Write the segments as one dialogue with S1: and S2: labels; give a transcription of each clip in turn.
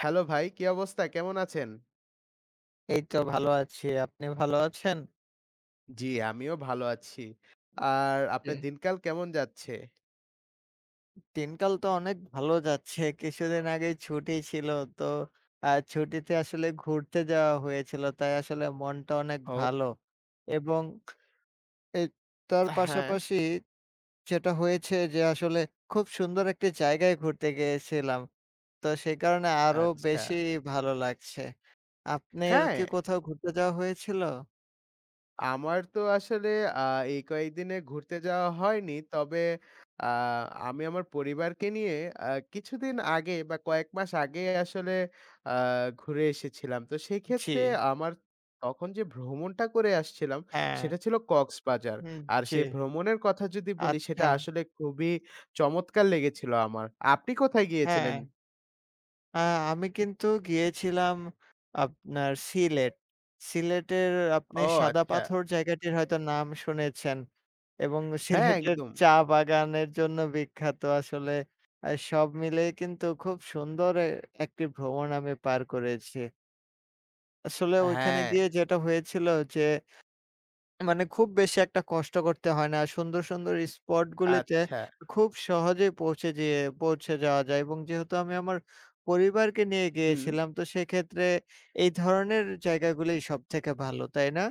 S1: Hello ভাই, কি অবস্থা? কেমন আছেন?
S2: এই তো ভালো আছি। আপনি ভালো আছেন?
S1: জি, আমিও ভালো আছি। আর
S2: জি।
S1: আপনার দিনকাল কেমন যাচ্ছে?
S2: দিনকাল তো অনেক ভালো যাচ্ছে। কিছুদিন আগেই ছুটি ছিল। তো ছুটিতে আসলে ঘুরতে যাওয়া হয়েছিল। তাই আসলে মনটা অনেক
S1: ও।
S2: ভালো। এবং এই তার
S1: হ্যাঁ,
S2: পাশাপাশি যেটা হয়েছে যে আসলে খুব সুন্দর একটি জায়গায় ঘুরতে গিয়েছিলাম। তো সেই কারণে আরো
S1: আচ্ছা।
S2: বেশি ভালো লাগছে। আপনার
S1: হ্যাঁ।
S2: কি কোথাও ঘুরতে যাওয়া হয়েছিল?
S1: আমার তো আসলে আ এই কয়েকদিনে ঘুরতে যাওয়া হয়নি। তবে আ আমি আমার পরিবারকে নিয়ে আ কিছুদিন আগে বা কয়েক মাস আগে আসলে আ ঘুরে এসেছিলাম। তো
S2: জি,
S1: সেক্ষেত্রে আমার তখন যে ভ্রমণটা করে আসছিলাম
S2: হ্যাঁ,
S1: সেটা ছিল কক্সবাজার।
S2: হুম,
S1: আর
S2: জি,
S1: সেই ভ্রমণের কথা যদি বলি সেটা
S2: আচ্ছা,
S1: আসলে খুবই চমৎকার লেগেছিল আমার। আপনি কোথায় গিয়েছিলেন?
S2: হ্যাঁ। আ আমি কিন্তু গিয়েছিলাম আপনার সিলেট। সিলেটের আপনি
S1: ও,
S2: সাদা
S1: আচ্ছা।
S2: পাথর জায়গাটির হয়তো নাম শুনেছেন এবং
S1: হ্যাঁ,
S2: সিলেটের
S1: একদম।
S2: চা বাগানের জন্য বিখ্যাত আসলে। সব মিলেই কিন্তু খুব সুন্দর একটি ভ্রমণ আমি পার করেছি। আসলে ওইখানে
S1: হ্যাঁ,
S2: গিয়ে যেটা হয়েছিল যে মানে খুব বেশি একটা কষ্ট করতে হয় না। সুন্দর, সুন্দর স্পটগুলিতে
S1: আচ্ছা।
S2: খুব সহজেই পৌঁছে যাওয়া যায় এবং যেহেতু আমি আমার পরিবারকে নিয়ে
S1: হুম।
S2: গিয়েছিলাম, তো সেক্ষেত্রে এই ধরনের জায়গাগুলি সবথেকে ভালো, তাই না?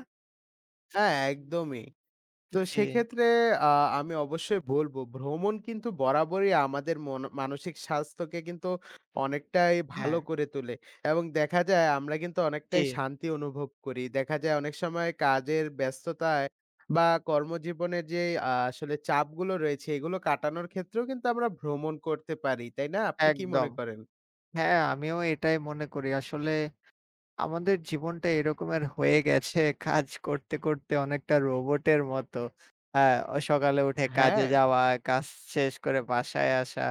S1: হ্যাঁ, একদমই। তো
S2: জি।
S1: সেক্ষেত্রে আ আমি অবশ্যই বলবো, ভ্রমণ কিন্তু বরাবরই আমাদের মন মানসিক স্বাস্থ্যকে কিন্তু অনেকটাই
S2: হ্যাঁ।
S1: ভালো করে তোলে। এবং দেখা যায় আমরা কিন্তু
S2: জি,
S1: অনেকটাই শান্তি অনুভব করি। দেখা যায় অনেক সময় কাজের ব্যস্ততায় বা কর্মজীবনের যে আসলে চাপগুলো রয়েছে, এগুলো কাটানোর ক্ষেত্রেও কিন্তু আমরা ভ্রমণ করতে পারি। তাই না? আপনি কি মনে
S2: একদম।
S1: করেন?
S2: হ্যাঁ, আমিও এটাই মনে করি। আসলে আমাদের জীবনটা এরকমের হয়ে গেছে কাজ করতে, করতে অনেকটা রোবটের মতো। হ্যাঁ, সকালে উঠে কাজে
S1: হ্যাঁ।
S2: যাওয়া, কাজ শেষ করে বাসায় আসা।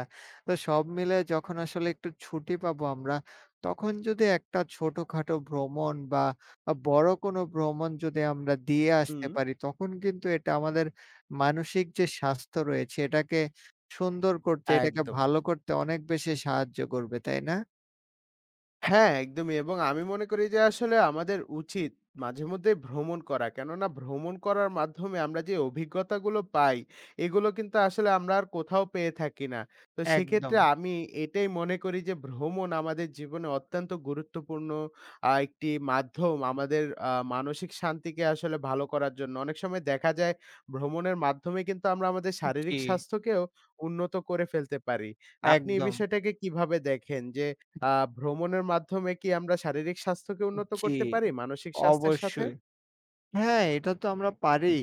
S2: তো সব মিলে যখন আসলে একটু ছুটি পাবো আমরা, তখন যদি একটা ছোটখাটো ভ্রমণ বা বড় কোনো ভ্রমণ যদি আমরা দিয়ে আসতে
S1: হুম,
S2: পারি, তখন কিন্তু এটা আমাদের মানসিক যে স্বাস্থ্য রয়েছে, এটাকে সুন্দর করতে, এটাকে
S1: একদম।
S2: ভালো করতে অনেক বেশি সাহায্য করবে, তাই না?
S1: হ্যাঁ, একদমই, এবং আমি মনে করি যে আসলে আমাদের উচিত মাঝেমধ্যে ভ্রমণ করা। কেননা ভ্রমণ করার মাধ্যমে আমরা যে অভিজ্ঞতাগুলো পাই, এগুলো কিন্তু আসলে আমরা আর কোথাও পেয়ে থাকি না। তো সেক্ষেত্রে
S2: একদম।
S1: আমি এটাই মনে করি যে ভ্রমণ আমাদের জীবনে অত্যন্ত গুরুত্বপূর্ণ একটি মাধ্যম আমাদের মানসিক শান্তিকে আসলে ভালো করার জন্য। অনেক সময় দেখা যায় ভ্রমণের মাধ্যমে কিন্তু আমরা আমাদের
S2: জি,
S1: শারীরিক স্বাস্থ্যকেও উন্নত করে ফেলতে পারি। আপনি এই
S2: একদম।
S1: বিষয়টাকে কিভাবে দেখেন? যে আ ভ্রমণের মাধ্যমে কি আমরা শারীরিক স্বাস্থ্যকে উন্নত
S2: জি,
S1: করতে পারি মানসিক স্বাস্থ্যের সাথে?
S2: অবশ্যই। হ্যাঁ, এটা তো আমরা পারি।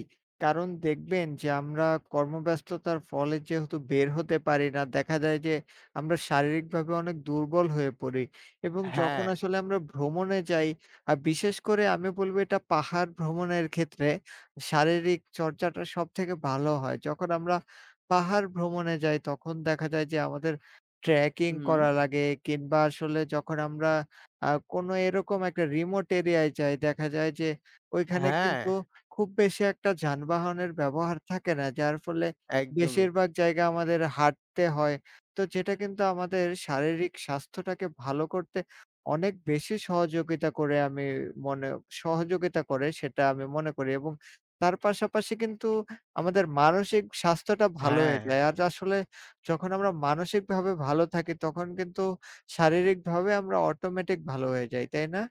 S2: কারণ দেখবেন যে আমরা কর্মব্যস্ততার ফলে যেহেতু বের হতে পারি না, দেখা যায় যে আমরা শারীরিকভাবে অনেক দুর্বল হয়ে পড়ি এবং
S1: হ্যাঁ।
S2: যখন আসলে আমরা ভ্রমণে যাই, বিশেষ করে আমি বলব এটা পাহাড় ভ্রমণের ক্ষেত্রে শারীরিক চর্চাটা সবথেকে ভালো হয়। যখন আমরা পাহাড় ভ্রমণে যাই তখন দেখা যায় যে আমাদের ট্রেকিং
S1: হুম।
S2: করা লাগে কিংবা আসলে যখন আমরা কোনো এরকম একটা রিমোট এরিয়ায় যাই, দেখা যায় যে ওইখানে
S1: হ্যাঁ,
S2: কিন্তু খুব বেশি একটা যানবাহনের ব্যবহার থাকে না। যার ফলে
S1: একদমই।
S2: বেশিরভাগ জায়গা আমাদের হাঁটতে হয়। তো যেটা কিন্তু আমাদের শারীরিক স্বাস্থ্যটাকে ভালো করতে অনেক বেশি মনে সহযোগিতা করে সেটা আমি মনে করি এবং তার পাশাপাশি কিন্তু আমাদের মানসিক স্বাস্থ্যটা ভালো
S1: হ্যাঁ।
S2: হয়ে যায়। আর আসলে যখন আমরা মানসিকভাবে ভালো থাকি তখন কিন্তু শারীরিকভাবে আমরা অটোমেটিক ভালো হয়ে যাই। তাই না?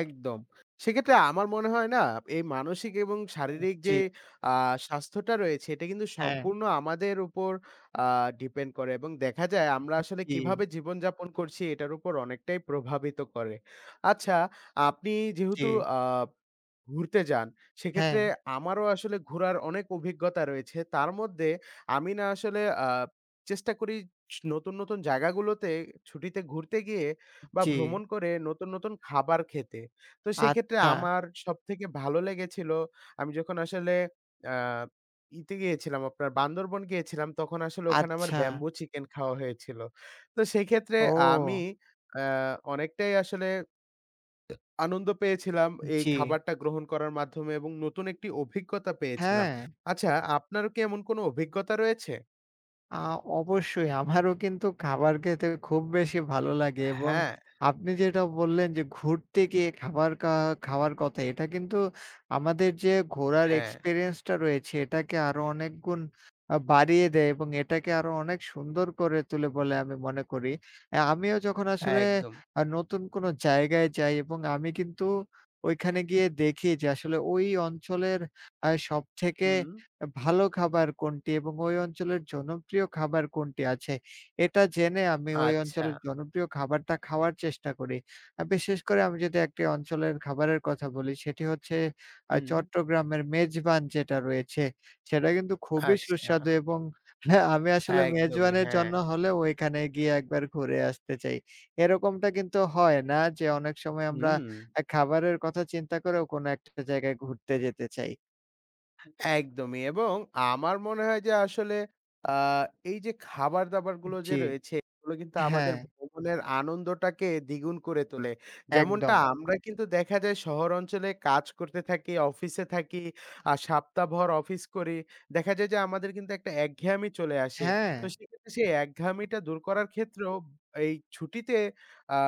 S1: একদম। সেক্ষেত্রে আমার মনে হয় না এই মানসিক এবং শারীরিক
S2: জি,
S1: যে আ স্বাস্থ্যটা রয়েছে এটা কিন্তু
S2: হ্যাঁ,
S1: সম্পূর্ণ আমাদের উপর আ ডিপেন্ড করে এবং দেখা যায় আমরা আসলে
S2: জি,
S1: কিভাবে জীবনযাপন করছি এটার উপর অনেকটাই প্রভাবিত করে। আচ্ছা, আপনি
S2: জি।
S1: যেহেতু আ ঘুরতে যান,
S2: হ্যাঁ,
S1: সেক্ষেত্রে আমারও আসলে ঘোরার অনেক অভিজ্ঞতা রয়েছে। তার মধ্যে আমি না আসলে চেষ্টা করি নতুন, নতুন জায়গাগুলোতে ছুটিতে ঘুরতে গিয়ে বা
S2: জি।
S1: ভ্রমণ করে নতুন, নতুন খাবার খেতে। তো সেক্ষেত্রে
S2: আচ্ছা,
S1: আমার সবথেকে ভালো লেগেছিল আমি যখন আসলে আ ইতে গিয়েছিলাম আপনার বান্দরবন গিয়েছিলাম তখন আসলে ওখানে আমার
S2: আচ্ছা।
S1: ব্যাম্বু চিকেন খাওয়া হয়েছিল। তো সেক্ষেত্রে আমি
S2: ও!
S1: আ অনেকটাই আসলে আনন্দ পেয়েছিলাম এই
S2: জি।
S1: খাবারটা গ্রহণ করার মাধ্যমে এবং নতুন একটি অভিজ্ঞতা পেয়েছিলাম।
S2: হ্যাঁ।
S1: আচ্ছা, আপনারও কি এমন কোনো অভিজ্ঞতা রয়েছে?
S2: আ অবশ্যই আমারও কিন্তু খাবার খেতে খুব বেশি ভালো লাগে এবং
S1: হ্যাঁ,
S2: আপনি যেটা বললেন যে ঘুরতে গিয়ে খাবার খাওয়ার কথা, এটা কিন্তু আমাদের যে ঘোরার
S1: হ্যাঁ,
S2: এক্সপেরিয়েন্স টা রয়েছে এটাকে আরো অনেক গুণ বাড়িয়ে দেয় এবং এটাকে আরো অনেক সুন্দর করে তোলে বলে আমি মনে করি। আমিও যখন আসলে
S1: একদম।
S2: নতুন কোনো জায়গায় যাই এবং আমি কিন্তু ঐখানে গিয়ে দেখি যে আসলে ওই অঞ্চলের সবথেকে
S1: হুম,
S2: ভালো খাবার কোনটি এবং ওই অঞ্চলের জনপ্রিয় খাবার কোনটি আছে? এটা জেনে আমি ওই
S1: আচ্ছা,
S2: অঞ্চলের জনপ্রিয় খাবারটা খাওয়ার চেষ্টা করি। বিশেষ করে আমি যদি একটি অঞ্চলের খাবারের কথা বলি সেটি হচ্ছে
S1: হুম,
S2: চট্টগ্রামের মেজবান যেটা রয়েছে, সেটা কিন্তু খুবই
S1: আচ্ছা।
S2: সুস্বাদু এবং হ্যাঁ, আমি
S1: হ্যাঁ,
S2: আসলে
S1: একদমই,
S2: মেজবানের
S1: হ্যাঁ।
S2: জন্য হলেও ওইখানে গিয়ে একবার ঘুরে আসতে চাই। এরকমটা কিন্তু হয় না যে অনেক সময় আমরা
S1: হুম।
S2: খাবারের কথা চিন্তা করেও কোনো একটা জায়গায় ঘুরতে যেতে চাই।
S1: একদমই, এবং আমার মনে হয় যে আসলে আ এই যে খাবার-দাবারগুলো যে
S2: জি,
S1: রয়েছে, এগুলো কিন্তু আমাদের
S2: হ্যাঁ।
S1: ভ্রমণের আনন্দটাকে দ্বিগুণ করে তোলে। যেমনটা
S2: একদম।
S1: আমরা কিন্তু দেখা যায় শহর অঞ্চলে কাজ করতে থাকি, অফিসে থাকি, আর সপ্তাহভর অফিস করি। দেখা যায় যে আমাদের কিন্তু একটা একঘেয়েমি চলে আসে।
S2: হ্যাঁ,
S1: তো সেক্ষেত্রে সেই একঘেয়েমিটা দূর করার ক্ষেত্রেও এই ছুটিতে আ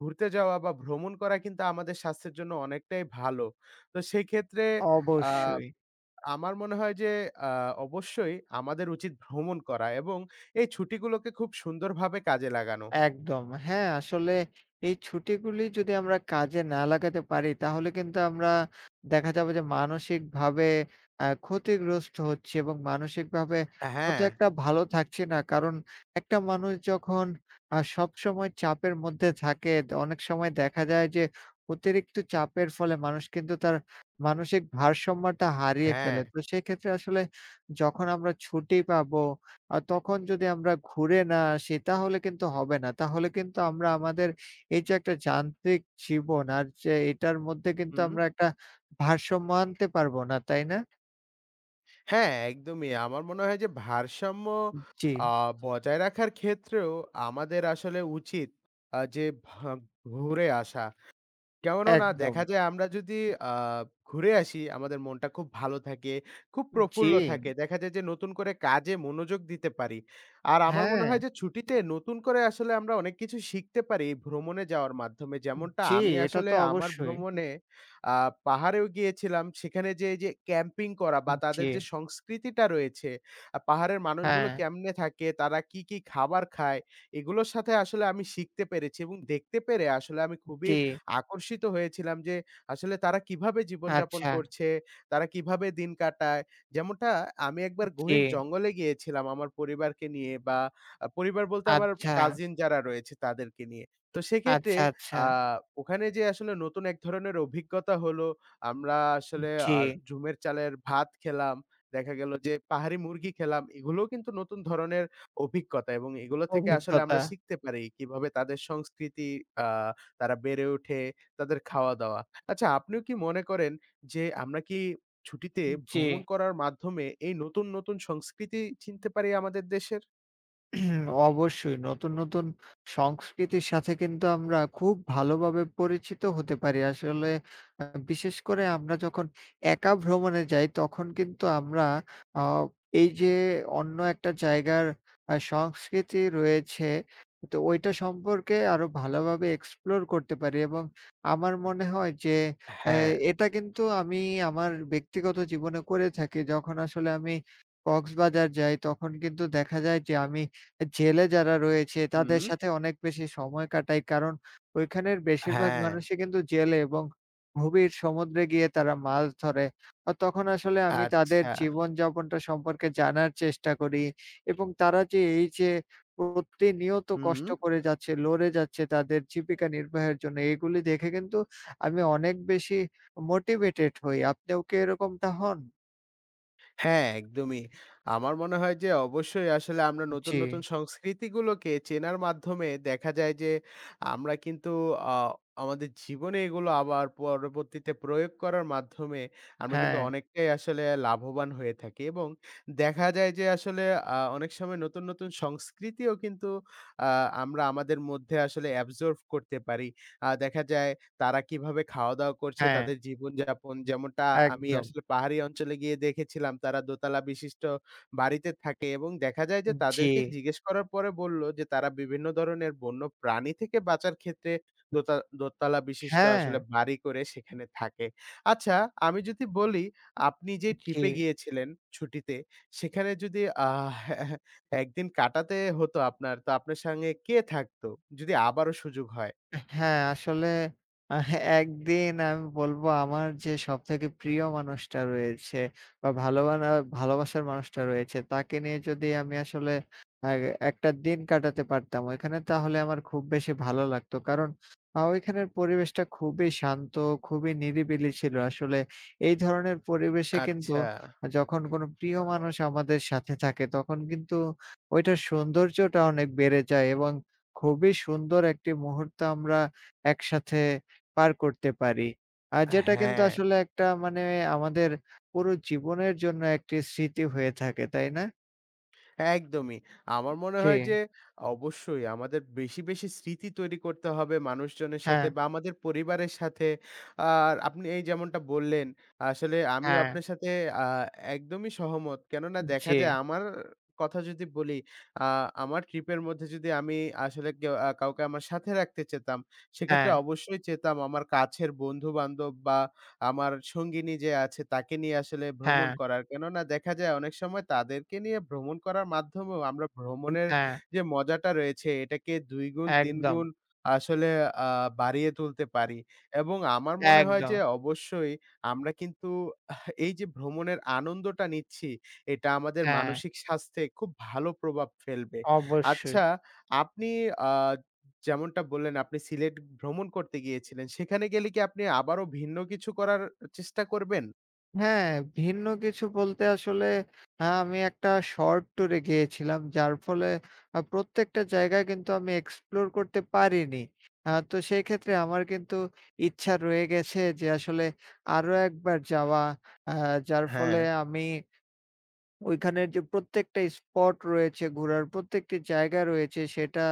S1: ঘুরতে যাওয়া বা ভ্রমণ করা কিন্তু আমাদের স্বাস্থ্যের জন্য অনেকটাই ভালো। তো সেক্ষেত্রে আ
S2: অবশ্যই।
S1: আমার মনে হয় যে আ অবশ্যই আমাদের উচিত ভ্রমণ করা এবং এই ছুটিগুলোকে খুব সুন্দরভাবে কাজে লাগানো।
S2: একদম। হ্যাঁ, আসলে এই ছুটিগুলি যদি আমরা কাজে না লাগাতে পারি তাহলে কিন্তু আমরা দেখা যাবে যে মানসিকভাবে ক্ষতিগ্রস্ত হচ্ছি এবং মানসিকভাবে অত
S1: হ্যাঁ,
S2: একটা ভালো থাকছি না। কারণ একটা মানুষ যখন সবসময় চাপের মধ্যে থাকে অনেক সময় দেখা যায় যে অতিরিক্ত চাপের ফলে মানুষ কিন্তু তার মানসিক ভারসাম্যটা হারিয়ে
S1: হ্যাঁ।
S2: ফেলে। তো সেক্ষেত্রে আসলে যখন আমরা ছুটি পাবো আর তখন যদি আমরা ঘুরে না আসি তাহলে কিন্তু হবে না। তাহলে কিন্তু আমরা আমাদের এই যে একটা যান্ত্রিক জীবন আর যে এটার মধ্যে কিন্তু
S1: হুম।
S2: আমরা একটা ভারসাম্য আনতে পারবো না, তাই না?
S1: হ্যাঁ, একদমই। আমার মনে হয় যে ভারসাম্য
S2: জি,
S1: আ বজায় রাখার ক্ষেত্রেও আমাদের আসলে উচিত আ যে ভা ঘুরে আসা। কেমন না
S2: একদম।
S1: দেখা যায় আমরা যদি আ ঘুরে আসি আমাদের মনটা খুব ভালো থাকে, খুব
S2: জি,
S1: প্রফুল্ল থাকে। দেখা যায় যে নতুন করে কাজে মনোযোগ দিতে পারি। আর আমার মনে
S2: হ্যাঁ,
S1: হয় যে ছুটিতে নতুন করে আসলে আমরা অনেক কিছু শিখতে পারি এই ভ্রমণে যাওয়ার মাধ্যমে। যেমনটা
S2: জি,
S1: আমি
S2: এটা
S1: আসলে
S2: তো
S1: আমার
S2: অবশ্যই।
S1: ভ্রমণে আ পাহাড়েও গিয়েছিলাম। সেখানে যে এই যে ক্যাম্পিং করা বা তাদের
S2: জি,
S1: যে সংস্কৃতিটা রয়েছে, পাহাড়ের
S2: হ্যাঁ,
S1: মানুষগুলো কেমনে থাকে, তারা কি, কি খাবার খায় এগুলোর সাথে আসলে আমি শিখতে পেরেছি এবং দেখতে পেরে আসলে আমি খুবই
S2: জি,
S1: আকর্ষিত হয়েছিলাম যে আসলে তারা কিভাবে জীবনযাপন
S2: আচ্ছা,
S1: করছে, তারা কিভাবে দিন কাটায়। যেমনটা আমি একবার
S2: জি,
S1: গহীন জঙ্গলে গিয়েছিলাম আমার পরিবারকে নিয়ে বা পরিবার বলতে আমার
S2: আচ্ছা,
S1: কাজিন যারা রয়েছে তাদেরকে নিয়ে। তো সেক্ষেত্রে
S2: আচ্ছা, আচ্ছা,
S1: আ ওখানে যেয়ে আসলে নতুন এক ধরনের অভিজ্ঞতা হলো। আমরা আসলে
S2: জি,
S1: আ ঝুমের চালের ভাত খেলাম। দেখা গেল যে পাহাড়ি মুরগি খেলাম। এগুলোও কিন্তু নতুন ধরনের অভিজ্ঞতা এবং এগুলো থেকে আসলে
S2: অভিজ্ঞতা,
S1: আমরা শিখতে পারি কিভাবে তাদের সংস্কৃতি, আ তারা বেড়ে ওঠে, তাদের খাওয়া-দাওয়া। আচ্ছা, আপনিও কি মনে করেন যে আমরা কি ছুটিতে
S2: জি।
S1: ভ্রমণ করার মাধ্যমে এই নতুন, নতুন সংস্কৃতি চিনতে পারি আমাদের দেশের?
S2: অবশ্যই নতুন, নতুন সংস্কৃতির সাথে কিন্তু আমরা খুব ভালোভাবে পরিচিত হতে পারি। আসলে আ বিশেষ করে আমরা যখন একা ভ্রমণে যাই তখন কিন্তু আমরা আ এই যে অন্য একটা জায়গার সংস্কৃতি রয়েছে তো ওইটা সম্পর্কে আরো ভালোভাবে এক্সপ্লোর করতে পারি এবং আমার মনে হয় যে এ
S1: হ্যাঁ।
S2: এটা কিন্তু আমি আমার ব্যক্তিগত জীবনে করে থাকি। যখন আসলে আমি কক্সবাজার যাই তখন কিন্তু দেখা যায় যে আমি জেলে যারা রয়েছে তাদের
S1: হুম।
S2: সাথে অনেক বেশি সময় কাটাই। কারণ ওইখানের বেশিরভাগ
S1: হ্যাঁ।
S2: মানুষই কিন্তু জেলে এবং গভীর সমুদ্রে গিয়ে তারা মাছ ধরে। তখন আসলে আমি তাদের
S1: আচ্ছা।
S2: জীবনযাপনটা সম্পর্কে জানার চেষ্টা করি এবং তারা যে এই যে প্রতিনিয়ত
S1: হুম।
S2: কষ্ট করে যাচ্ছে, লড়ে যাচ্ছে তাদের জীবিকা নির্বাহের জন্য, এগুলি দেখে কিন্তু আমি অনেক বেশি মোটিভেটেড হই। আপনিও কি এরকমটা হন?
S1: হ্যাঁ, একদমই। আমার মনে হয় যে অবশ্যই আসলে আমরা নতুন,
S2: জি।
S1: নতুন সংস্কৃতিগুলোকে চেনার মাধ্যমে দেখা যায় যে আমরা কিন্তু আ আমাদের জীবনে এগুলো আবার পরবর্তীতে প্রয়োগ করার মাধ্যমে আমরা কিন্তু
S2: হ্যাঁ,
S1: অনেকটাই আসলে লাভবান হয়ে থাকি এবং দেখা যায় যে আসলে অনেক সময় নতুন, নতুন সংস্কৃতিও কিন্তু আ আমরা আমাদের মধ্যে আসলে absorb করতে পারি। দেখা যায় তারা কিভাবে খাওয়া-দাওয়া করছে,
S2: হ্যাঁ,
S1: তাদের জীবনযাপন যেমনটা আমি
S2: একদম।
S1: আসলে পাহাড়ি অঞ্চলে গিয়ে দেখেছিলাম, তারা দোতলা বিশিষ্ট বাড়িতে থাকে এবং দেখা যায় যে
S2: জি,
S1: তাদেরকে জিজ্ঞেস করার পরে বলল যে তারা বিভিন্ন ধরনের বন্য প্রাণী থেকে বাঁচার ক্ষেত্রে দোতা দোতলা বিশিষ্ট
S2: হ্যাঁ।
S1: আসলে বাড়ি করে সেখানে থাকে। আচ্ছা, আমি যদি বলি আপনি যে
S2: জি।
S1: ট্রিপে গিয়েছিলেন ছুটিতে, সেখানে যদি আহ ১ দিন কাটাতে হতো আপনার, তো আপনার সঙ্গে কে থাকতো? যদি আবারও সুযোগ হয়?
S2: হ্যাঁ, আসলে আহ একদিন আমি বলবো আমার যে সবথেকে প্রিয় মানুষটা রয়েছে বা ভালোবাসার মানুষটা রয়েছে তাকে নিয়ে যদি আমি আসলে আ একটা দিন কাটাতে পারতাম ওইখানে তাহলে আমার খুব বেশি ভালো লাগতো। কারণ ওইখানের পরিবেশটা খুবই শান্ত, খুবই নিরিবিলি ছিল। আসলে এই ধরনের পরিবেশে কিন্তু
S1: আচ্ছা।
S2: যখন কোনো প্রিয় মানুষ আমাদের সাথে থাকে তখন কিন্তু ওইটার সৌন্দর্যটা অনেক বেড়ে যায় এবং খুবই সুন্দর একটি মুহূর্ত আমরা একসাথে পার করতে পারি। আর যেটা কিন্তু
S1: হ্যাঁ,
S2: আসলে একটা মানে আমাদের পুরো জীবনের জন্য একটি স্মৃতি হয়ে থাকে, তাই না?
S1: একদমই। আমার মনে
S2: জি,
S1: হয় যে অবশ্যই আমাদের বেশি, বেশি স্মৃতি তৈরি করতে হবে মানুষজনের সাথে
S2: হ্যাঁ,
S1: বা আমাদের পরিবারের সাথে। আর আপনি এই যেমনটা বললেন, আসলে আমিও
S2: হ্যাঁ,
S1: আপনার সাথে আ একদমই সহমত। কেননা দেখা
S2: জি,
S1: যায় আমার কথা যদি বলি, আ আমার ট্রিপের মধ্যে যদি আমি আসলে কেউ আ কাউকে আমার সাথে রাখতে চেতাম, সেক্ষেত্রে
S2: হ্যাঁ,
S1: অবশ্যই চেতাম আমার কাছের বন্ধু-বান্ধব বা আমার সঙ্গিনী যে আছে তাকে নিয়ে আসলে ভ্রমণ
S2: হ্যাঁ,
S1: করার। কেননা দেখা যায় অনেক সময় তাদেরকে নিয়ে ভ্রমণ করার মাধ্যমেও আমরা ভ্রমণের
S2: হ্যাঁ,
S1: যে মজাটা রয়েছে এটাকে ২ গুণ ৩
S2: একদম,
S1: গুণ আসলে আ বাড়িয়ে তুলতে পারি। এবং আমার মনে হয় যে
S2: একদম,
S1: অবশ্যই আমরা কিন্তু এই যে ভ্রমণের আনন্দটা নিচ্ছি এটা আমাদের
S2: হ্যাঁ,
S1: মানসিক স্বাস্থ্যে খুব ভালো প্রভাব ফেলবে।
S2: অবশ্যই।
S1: আচ্ছা, আপনি আ যেমনটা বললেন আপনি সিলেট ভ্রমণ করতে গিয়েছিলেন। সেখানে গেলে কি আপনি আবারও ভিন্ন কিছু করার চেষ্টা করবেন?
S2: হ্যাঁ, ভিন্ন কিছু বলতে আসলে আমি একটা শর্ট ট্যুরে গিয়েছিলাম। যার ফলে প্রত্যেকটা জায়গায় কিন্তু আমি এক্সপ্লোর করতে পারিনি। তো সেই ক্ষেত্রে আমার কিন্তু ইচ্ছা রয়ে গেছে যে আসলে আরো একবার যাওয়া। আ যার
S1: হ্যাঁ।
S2: ফলে আমি ওইখানের যে প্রত্যেকটা স্পট রয়েছে, ঘোরার প্রত্যেকটি জায়গা রয়েছে সেটা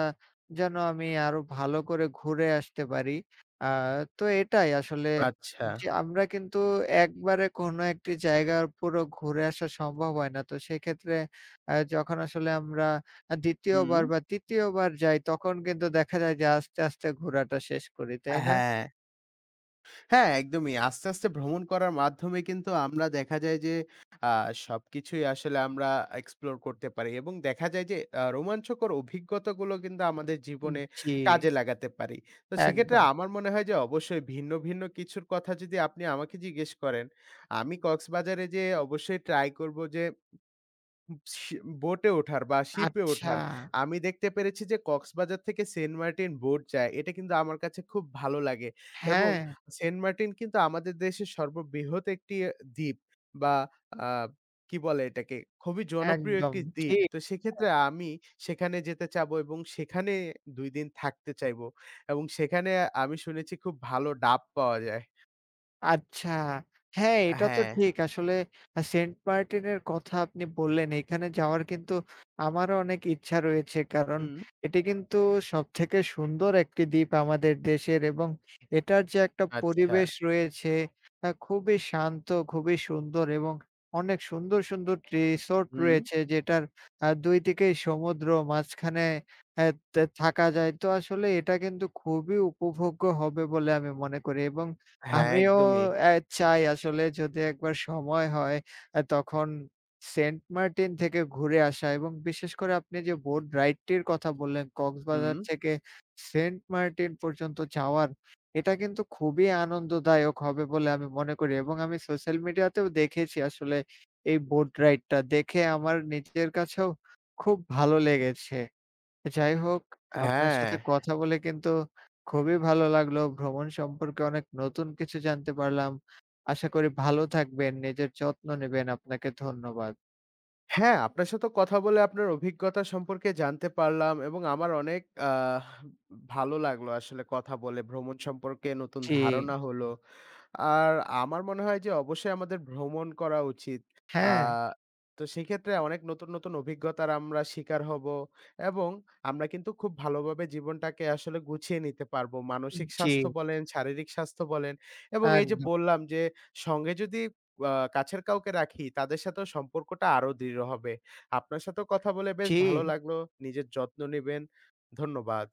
S2: যেন আমি আরো ভালো করে ঘুরে আসতে পারি। আ তো এটাই আসলে
S1: আচ্ছা।
S2: যে আমরা কিন্তু একবারে কোনো একটি জায়গার পুরো ঘুরে আসা সম্ভব হয় না। তো সেক্ষেত্রে যখন আসলে আমরা ২য়
S1: হুম।
S2: বার বা ৩য় বার যাই তখন কিন্তু দেখা যায় যে আস্তে, আস্তে ঘোরাটা শেষ করি, তাই না?
S1: হ্যাঁ, হ্যাঁ, একদমই। আস্তে, আস্তে ভ্রমণ করার মাধ্যমে কিন্তু আমরা দেখা যায় যে আ সবকিছুই আসলে আমরা এক্সপ্লোর করতে পারি এবং দেখা যায় যে রোমাঞ্চকর অভিজ্ঞতাগুলো কিন্তু আমাদের জীবনে
S2: জি,
S1: কাজে লাগাতে পারি। তো সেক্ষেত্রে
S2: একদম।
S1: আমার মনে হয় যে অবশ্যই ভিন্ন, ভিন্ন কিছুর কথা যদি আপনি আমাকে জিজ্ঞেস করেন, আমি কক্সবাজারে যেয়ে অবশ্যই ট্রাই করব যে শি বোটে ওঠার বা শিপে
S2: আচ্ছা।
S1: ওঠার। আমি দেখতে পেরেছি যে কক্সবাজার থেকে সেন্ট মার্টিন বোট যায়। এটা কিন্তু আমার কাছে খুব ভালো লাগে এবং
S2: হ্যাঁ,
S1: সেন্ট মার্টিন কিন্তু আমাদের দেশের সর্ববৃহৎ একটি দ্বীপ বা আ কি বলে এটাকে? খুবই জনপ্রিয়
S2: একদম।
S1: একটি দ্বীপ।
S2: ঠিক।
S1: তো সেক্ষেত্রে আমি সেখানে যেতে চাবো এবং সেখানে ২ দিন থাকতে চাইবো এবং সেখানে আমি শুনেছি খুব ভালো ডাব পাওয়া যায়।
S2: আচ্ছা। হ্যাঁ, এটা তো
S1: হ্যাঁ।
S2: ঠিক। আসলে সেন্ট মার্টিনের কথা আপনি বললেন, এখানে যাওয়ার কিন্তু আমারও অনেক ইচ্ছা রয়েছে। কারণ
S1: হুম।
S2: এটি কিন্তু সবথেকে সুন্দর একটি দ্বীপ আমাদের দেশের এবং এটার যে একটা
S1: আচ্ছা।
S2: পরিবেশ রয়েছে, খুবই শান্ত, খুবই সুন্দর এবং অনেক সুন্দর, সুন্দর রিসোর্ট
S1: হুম।
S2: রয়েছে যেটার ২ দিকেই সমুদ্র, মাঝখানে অ্যা তে থাকা যায়। তো আসলে এটা কিন্তু খুবই উপভোগ্য হবে বলে আমি মনে করি এবং
S1: হ্যাঁ,
S2: আমিও
S1: একদমই।
S2: অ্যা চাই আসলে যদি একবার সময় হয়, তখন সেন্ট মার্টিন থেকে ঘুরে আসা এবং বিশেষ করে আপনি যে বোট রাইড টির কথা বললেন,
S1: হুম।
S2: কক্সবাজার থেকে সেন্ট মার্টিন পর্যন্ত যাওয়ার, এটা কিন্তু খুবই আনন্দদায়ক হবে বলে আমি মনে করি এবং আমি সোশ্যাল মিডিয়াতেও দেখেছি আসলে এই বোট রাইড টা। দেখে আমার নিজের কাছেও খুব ভালো লেগেছে। যাই হোক, আপনার
S1: হ্যাঁ।
S2: সাথে কথা বলে কিন্তু খুবই ভালো লাগলো। ভ্রমণ সম্পর্কে অনেক নতুন কিছু জানতে পারলাম। আশা করি ভালো থাকবেন, নিজের যত্ন নিবেন। আপনাকে ধন্যবাদ।
S1: হ্যাঁ, আপনার সাথেও কথা বলে আপনার অভিজ্ঞতা সম্পর্কে জানতে পারলাম এবং আমার অনেক আহ ভালো লাগলো আসলে কথা বলে। ভ্রমণ সম্পর্কে নতুন
S2: জি,
S1: ধারণা হলো। আর আমার মনে হয় যে অবশ্যই আমাদের ভ্রমণ করা উচিত। আ
S2: হ্যাঁ,
S1: তো সেক্ষেত্রে অনেক নতুন, নতুন অভিজ্ঞতার আমরা শিকার হব এবং আমরা কিন্তু খুব ভালোভাবে জীবনটাকে আসলে গুছিয়ে নিতে পারবো। মানসিক
S2: জি,
S1: স্বাস্থ্য বলেন, শারীরিক স্বাস্থ্য বলেন, এবং এই যে
S2: একদম।
S1: বললাম যে সঙ্গে যদি আ কাছের কাউকে রাখি, তাদের সাথেও সম্পর্কটা আরো দৃঢ় হবে। আপনার সাথেও কথা বলে বেশ
S2: জি।
S1: ভালো লাগলো। নিজের যত্ন নিবেন। ধন্যবাদ।